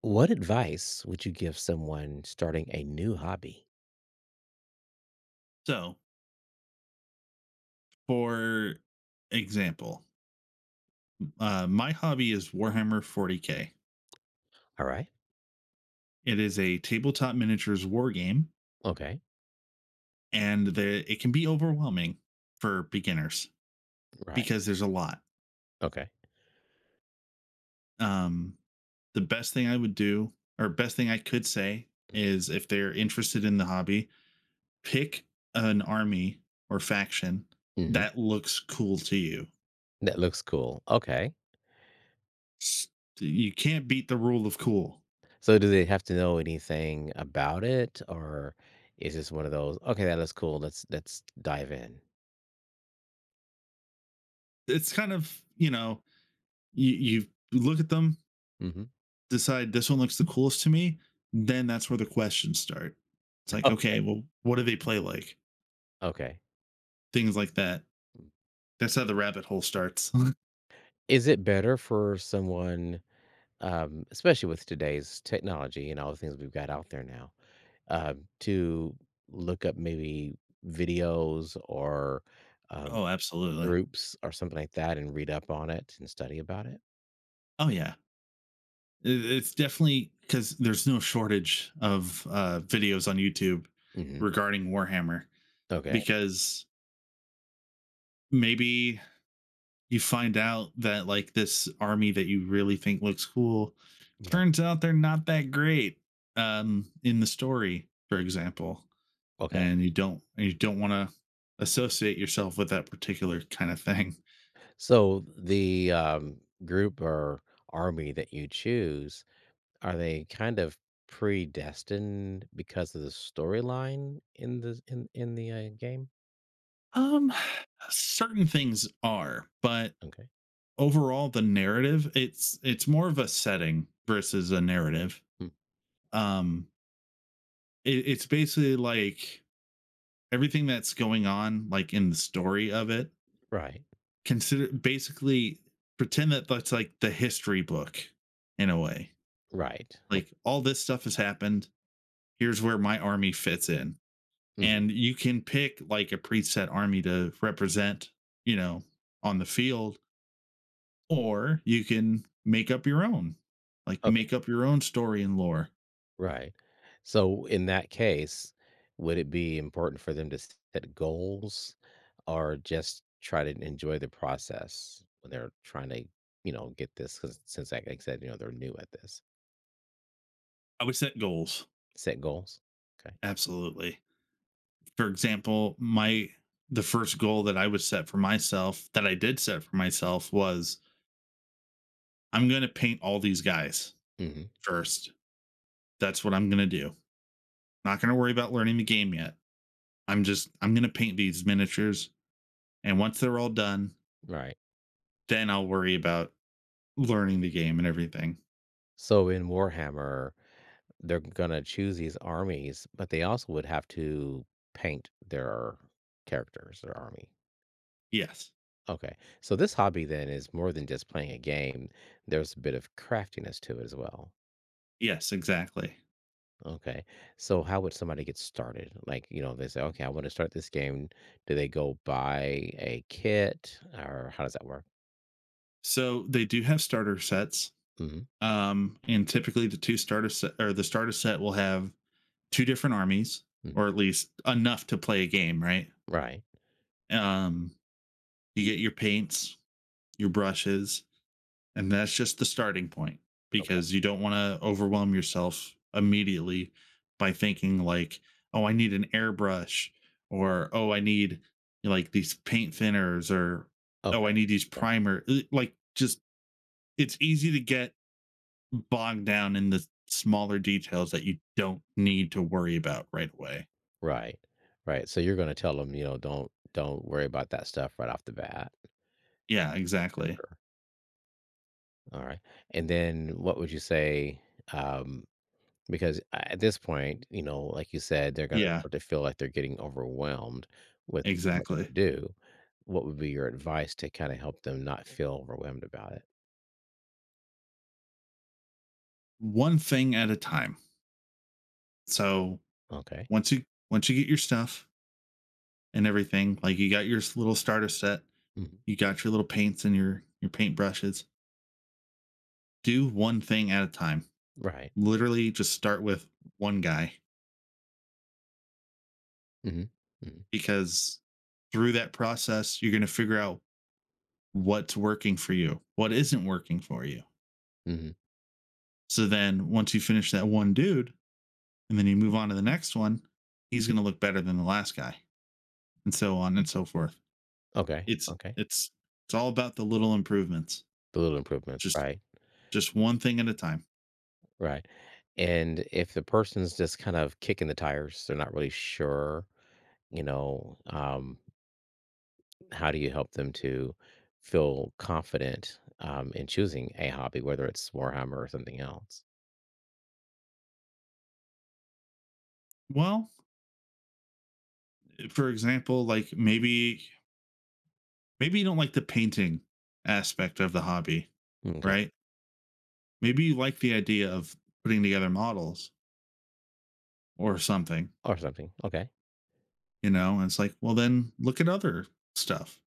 What advice would you give someone starting a new hobby? So, for example, my hobby is Warhammer 40K. All right. It is a tabletop miniatures war game, Okay. and it can be overwhelming for beginners Right. because there's a lot. Okay. Um, the best thing I would do, or best thing I could say, is if they're interested in the hobby, pick an army or faction Hmm. that looks cool to you. That looks cool. Okay. S- You can't beat the rule of cool. So do they have to know anything about it or is this one of those, okay, that looks cool. Let's dive in. It's kind of, you, you look at them, Hmm. decide this one looks the coolest to me, then that's where the questions start. It's like, okay, well, what do they play like? Okay. Things like that. That's how the rabbit hole starts. Is it better for someone, especially with today's technology and all the things we've got out there now, to look up maybe videos or um, Oh, absolutely. groups or something like that and read up on it and study about it? Oh, yeah. It's definitely because there's no shortage of videos on YouTube Mhm. regarding Warhammer, Okay. because maybe you find out that like this army that you really think looks cool Right. turns out they're not that great in the story, for example, Okay. and you don't want to associate yourself with that particular kind of thing. So the group or army that you choose, are they kind of predestined because of the storyline in the game? Um, certain things are, but Okay. overall, the narrative, it's more of a setting versus a narrative. Mm. Um, it's basically like everything that's going on, like in the story of it. Right. Consider, basically pretend that that's like the history book, in a way. Right. Oh, Like, all this stuff has happened, here's where my army fits in, mhm. and you can pick like a preset army to represent, you know, on the field, or you can make up your own, like you make up your own story and lore. Right. So in that case, would it be important for them to set goals or just try to enjoy the process when they're trying to, you know, get this? 'Cause since, like I said, you know, they're new at this, I would set goals, set goals. Okay. absolutely. For example, my the first goal that I would set for myself, that I did set for myself, was, I'm going to paint all these guys Hmm. first. That's what I'm going to do. Not going to worry about learning the game yet. I'm going to paint these miniatures, and once they're all done, Right. then I'll worry about learning the game and everything. So in Warhammer, they're going to choose these armies, but they also would have to paint their characters, their army. Yes. Okay. So this hobby then is more than just playing a game, there's a bit of craftiness to it as well. Yes, exactly. Okay. So how would somebody get started? Like, you know, they say, okay, I want to start this game. Do they go buy a kit or how does that work? So they do have starter sets. Hmm. And typically the two starter set or the starter set will have two different armies, or at least enough to play a game, right? Right. Um, you get your paints, your brushes, and that's just the starting point Okay. because you don't want to overwhelm yourself immediately by thinking like, oh, I need an airbrush, or oh, I need like these paint thinners, or oh, Okay. I need these Okay. primer. Like, just it's easy to get bogged down in the smaller details that you don't need to worry about right away. Right. Right. So you're going to tell them, you know, don't worry about that stuff right off the bat. Yeah, For exactly. sure. All right. And then what would you say? Um, Because a at this point, you know, like you said, they're gonna Yeah. start to feel like they're getting overwhelmed with too much to Exactly. do. What would be your advice to kinda help them not feel overwhelmed about it? One thing at a time. So Okay. once you once you get your stuff and everything, like you got your little starter set, Mhm. you got your little paints and your paint brushes. Do one thing at a time. Right. Literally just start with one guy, Mhm. Mhm. because through that process you're going to figure out what's working for you, what isn't working for you. Mhm. So then once you finish that one dude and then you move on to the next one, he's going to look better than the last guy, and so on and so forth. Okay, It's okay. it's it's all about the little improvements. The little improvements, Just right, just one thing at a time. right. And if the person's just kind of kicking the tires, they're not really sure, you know, how do you help them to feel confident, in choosing a hobby, whether it's Warhammer or something else? Well, for example, like, maybe you don't like the painting aspect of the hobby, Okay. right? Maybe you like the idea of putting together models or something, Or something. Okay. you know, and it's like, well, then look at other stuff.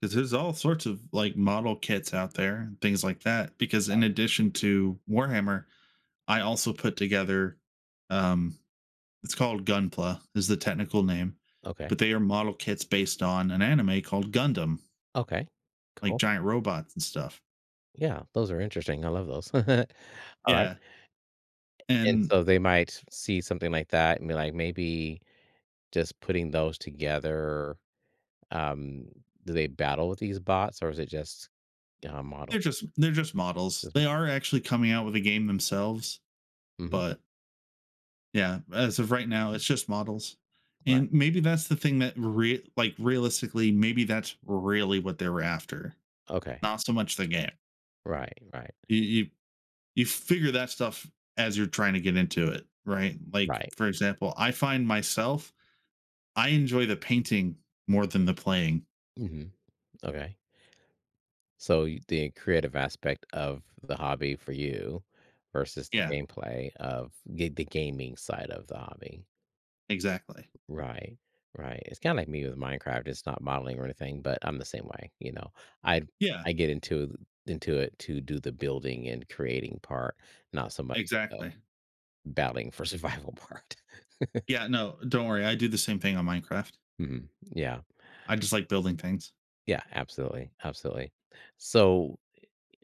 Because there's all sorts of like model kits out there and things like that. Because in addition to Warhammer, I also put together. um It's called Gunpla, is the technical name, Okay. but they are model kits based on an anime called Gundam, Okay. like Cool. giant robots and stuff. Yeah, those are interesting. I love those. Alright. Yeah, And and so they might see something like that and be like, "Maybe just putting those together" um, do they battle with these bots or is it just, they're model? just they're just models. Just They mo. are actually coming out with a game themselves, Mhm. but yeah, as of right now, it's just models. Right. And maybe that's the thing that like, realistically, maybe that's really what they were after, Okay. not so much the game. Right, right, You, you you figure that stuff as you're trying to get into it, right? Like, right. for example, I find myself I enjoy the painting more than the playing. Mhm. Okay. So you the creative aspect of the hobby for you versus the Yeah, gameplay of ga the gaming side of the hobby. exactly. Right, right. It's kinda like me with Minecraft, it's not modeling or anything, but I'm the same way, you know? I Yeah, I get into th into it to do the building and creating part, not so much, uh, exactly. battling for survival part. Yeah, no, don't worry. I do the same thing on Minecraft. Mhm. Yeah. I just like building things. Yeah, absolutely, absolutely. So,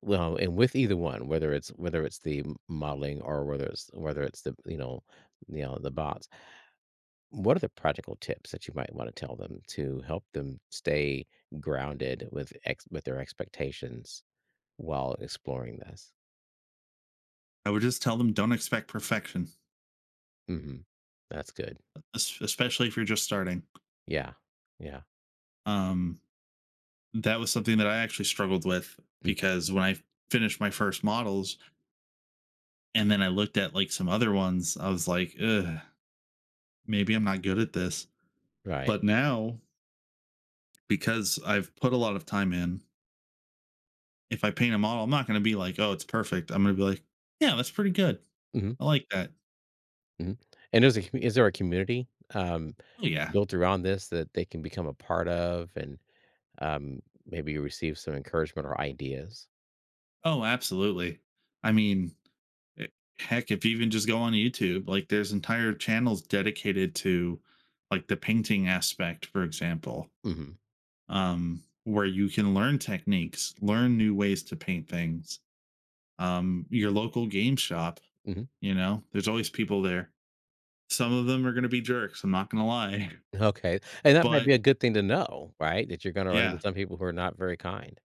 well, and with either one, whether it's the m modeling or whether it's the, the bots, what are the practical tips that you might want to tell them to help them stay grounded with their expectations while exploring this? I would just tell them, don't expect perfection, Mhm. That's good. Especially if you're just starting. Yeah. Yeah. Um, that was something that I actually struggled with, Mm. because when I finished my first models and then I looked at like some other ones, I was like, ugh, maybe I'm not good at this. Right. But now, because I've put a lot of time in, if I paint a model, I'm not going to be like, oh, it's perfect. I'm going to be like, yeah, that's pretty good. Hmm. I like that. Hmm. And is, a, is there a community um, Oh, yeah. built around this that they can become a part of and maybe receive some encouragement or ideas? Oh, absolutely. I mean, eh, heck, if you even just go on YouTube, like there's entire channels dedicated to like the painting aspect, for example, Hmm. Where you can learn techniques, learn new ways to paint things. Your local game shop, Hmm. you know, there's always people there. Some of them are going to be jerks. I'm not going to lie. Okay. And that might But be a good thing to know, right? That you're going to run into yeah. some people who are not very kind.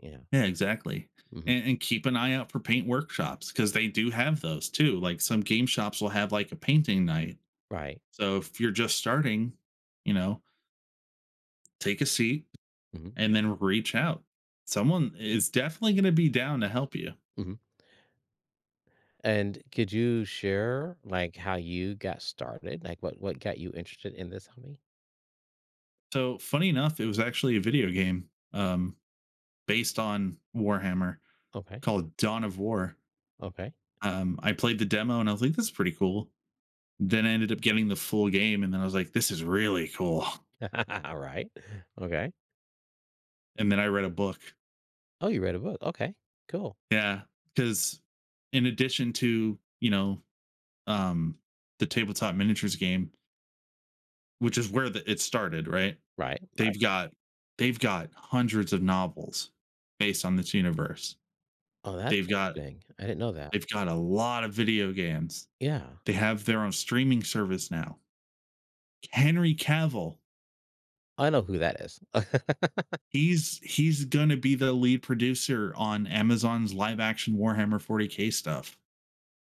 Yeah. Yeah, exactly. Hmm. And keep an eye out for paint workshops, because they do have those too. Like, some game shops will have like a painting night. Right. So if you're just starting, you know, take a seat Mhm, and then reach out. Someone is definitely going to be down to help you. mhm. And could you share, like, how you got started? Like, what got you interested in this hobby? So, funny enough, it was actually a video game, based on Warhammer, Okay, called Dawn of War. okay. I played the demo and I was like, this is pretty cool. Then I ended up getting the full game and then I was like, this is really cool. All right. Okay. And then I read a book. Oh, you read a book, okay, cool. Yeah, because, in addition to um, the tabletop miniatures game, which is where it started, right? Right, right. They've got they've got hundreds of novels based on this universe. Oh, that's They've got interesting. I didn't know that. they've got a lot of video games. Yeah, They have their own streaming service now. Henry Cavill, I know who that is. he's going to be the lead producer on Amazon's live action Warhammer 40K stuff.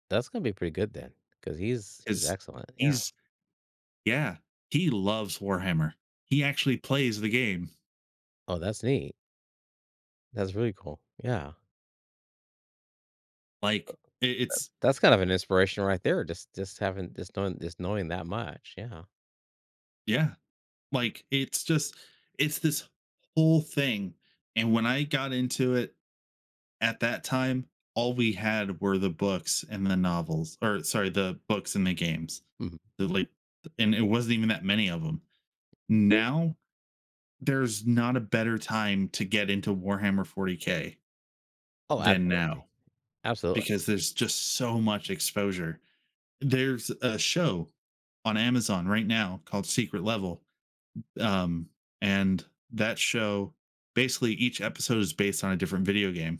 That's gonna be pretty good then, because he's Is excellent, yeah. he's Yeah, he loves Warhammer. He actually plays the game. Oh, that's neat. That's really cool, yeah. Like, it's, That's kind of an inspiration right there, just having just knowing that much, yeah. yeah, like it's just it's this whole thing. And when I got into it at that time, all we had were the books and the novels, or sorry, the books and the games. Mhm. The, like, and it wasn't even that many of them. Now there's not a better time to get into Warhammer 40K Oh, than absolutely, now, absolutely. because there's just so much exposure. There's a show on Amazon right now called Secret Level. Um, and that show basically, each episode is based on a different video game.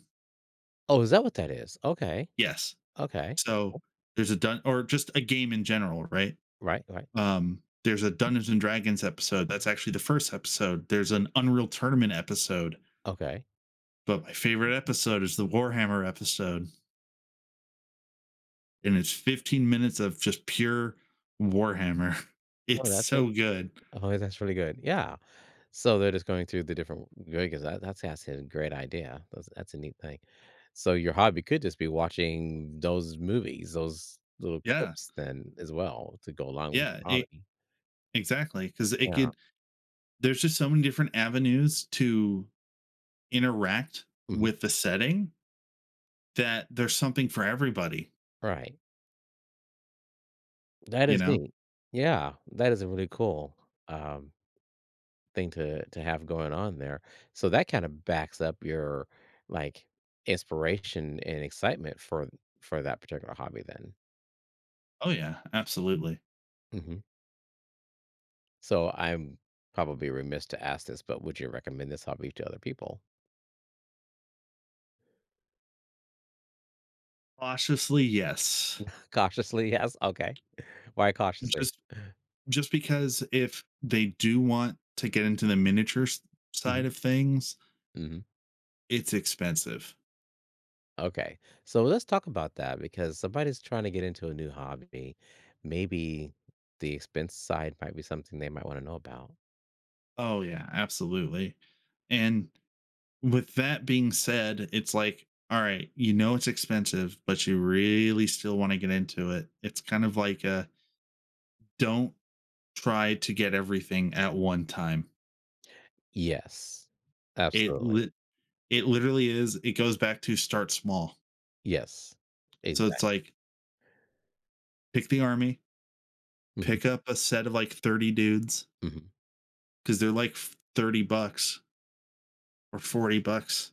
Oh, is that what that is? Okay, Yes. okay. So there's a dun or just a game in general, right? Right, right. There's a Dungeons and Dragons episode. That's actually the first episode. There's an Unreal Tournament episode, Okay. but my favorite episode is the Warhammer episode, and it's 15 minutes of just pure Warhammer. Oh, It's that's it. so good. Oh, that's really good. Yeah. So they're just going through the different because that's a great idea. That's a neat thing. So your hobby could just be watching those movies, those little Yeah. clips then as well to go along with Yeah. the hobby. Exactly, because it Yeah. could. There's just so many different avenues to interact Mhm. with the setting that there's something for everybody. Right. That You is know? neat. Yeah, that is really cool. Um thing to have going on there. So that kinda backs up your, like, inspiration and excitement for that particular hobby then. Oh yeah, absolutely. Mhm. So I'm probably remiss to ask this, but would you recommend this hobby to other people? Cautiously, yes. Cautiously, yes? Okay. Why cautiously? Just just because if they do want to get into the miniature side Mhm. of things, Mhm. it's expensive. Okay. So let's talk about that because somebody's trying to get into a new hobby. Maybe the expense side might be something they might wanna know about. Oh yeah, absolutely. And with that being said, it's like, all right, you know it's expensive, but you really still want to get into it. It's kind of like a don't try to get everything at one time. Yes. It Absolutely. li- it literally is, it goes back to start small. Yes, So it's exactly. like, pick the army, Mhm, pick up a set of like 30 dudes, mhm. cuz they're like $30 or $40,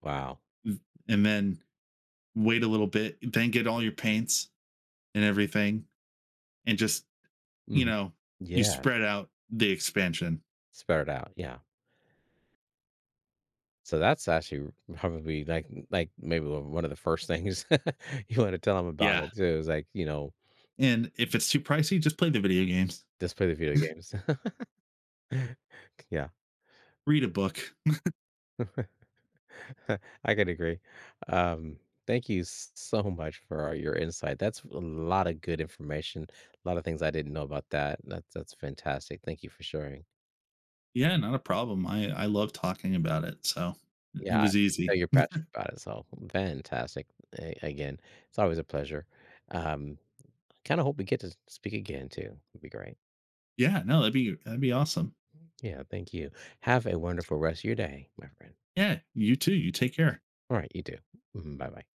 Wow. mm, and then wait a little bit, then get all your paints and everything and just, you Mhm. know, you Yeah, spread out the expansion. spread it out, yeah. So that's actually probably, like, maybe one of the first things you wanna tell them about Yeah. it too is, like, you know, And if it's too pricey, just play the video games. just play the video games. Yeah. Read a book. I could agree. Um, thank you s so much for your insight. That's a lot of good information, a lot of things I didn't know about that. That's fantastic. Thank you for sharing. Yeah, not a problem. I love talking about it, so it Yeah, I was know easy. you're passionate about it, so fantastic. A again, it's always a pleasure. Um, kinda hope we get to speak again too. It'd be great. Yeah, no, that'd be awesome. Yeah, thank you. Have a wonderful rest of your day, my friend. Yeah, you too. You take care. Alright, you too. Bye bye-bye.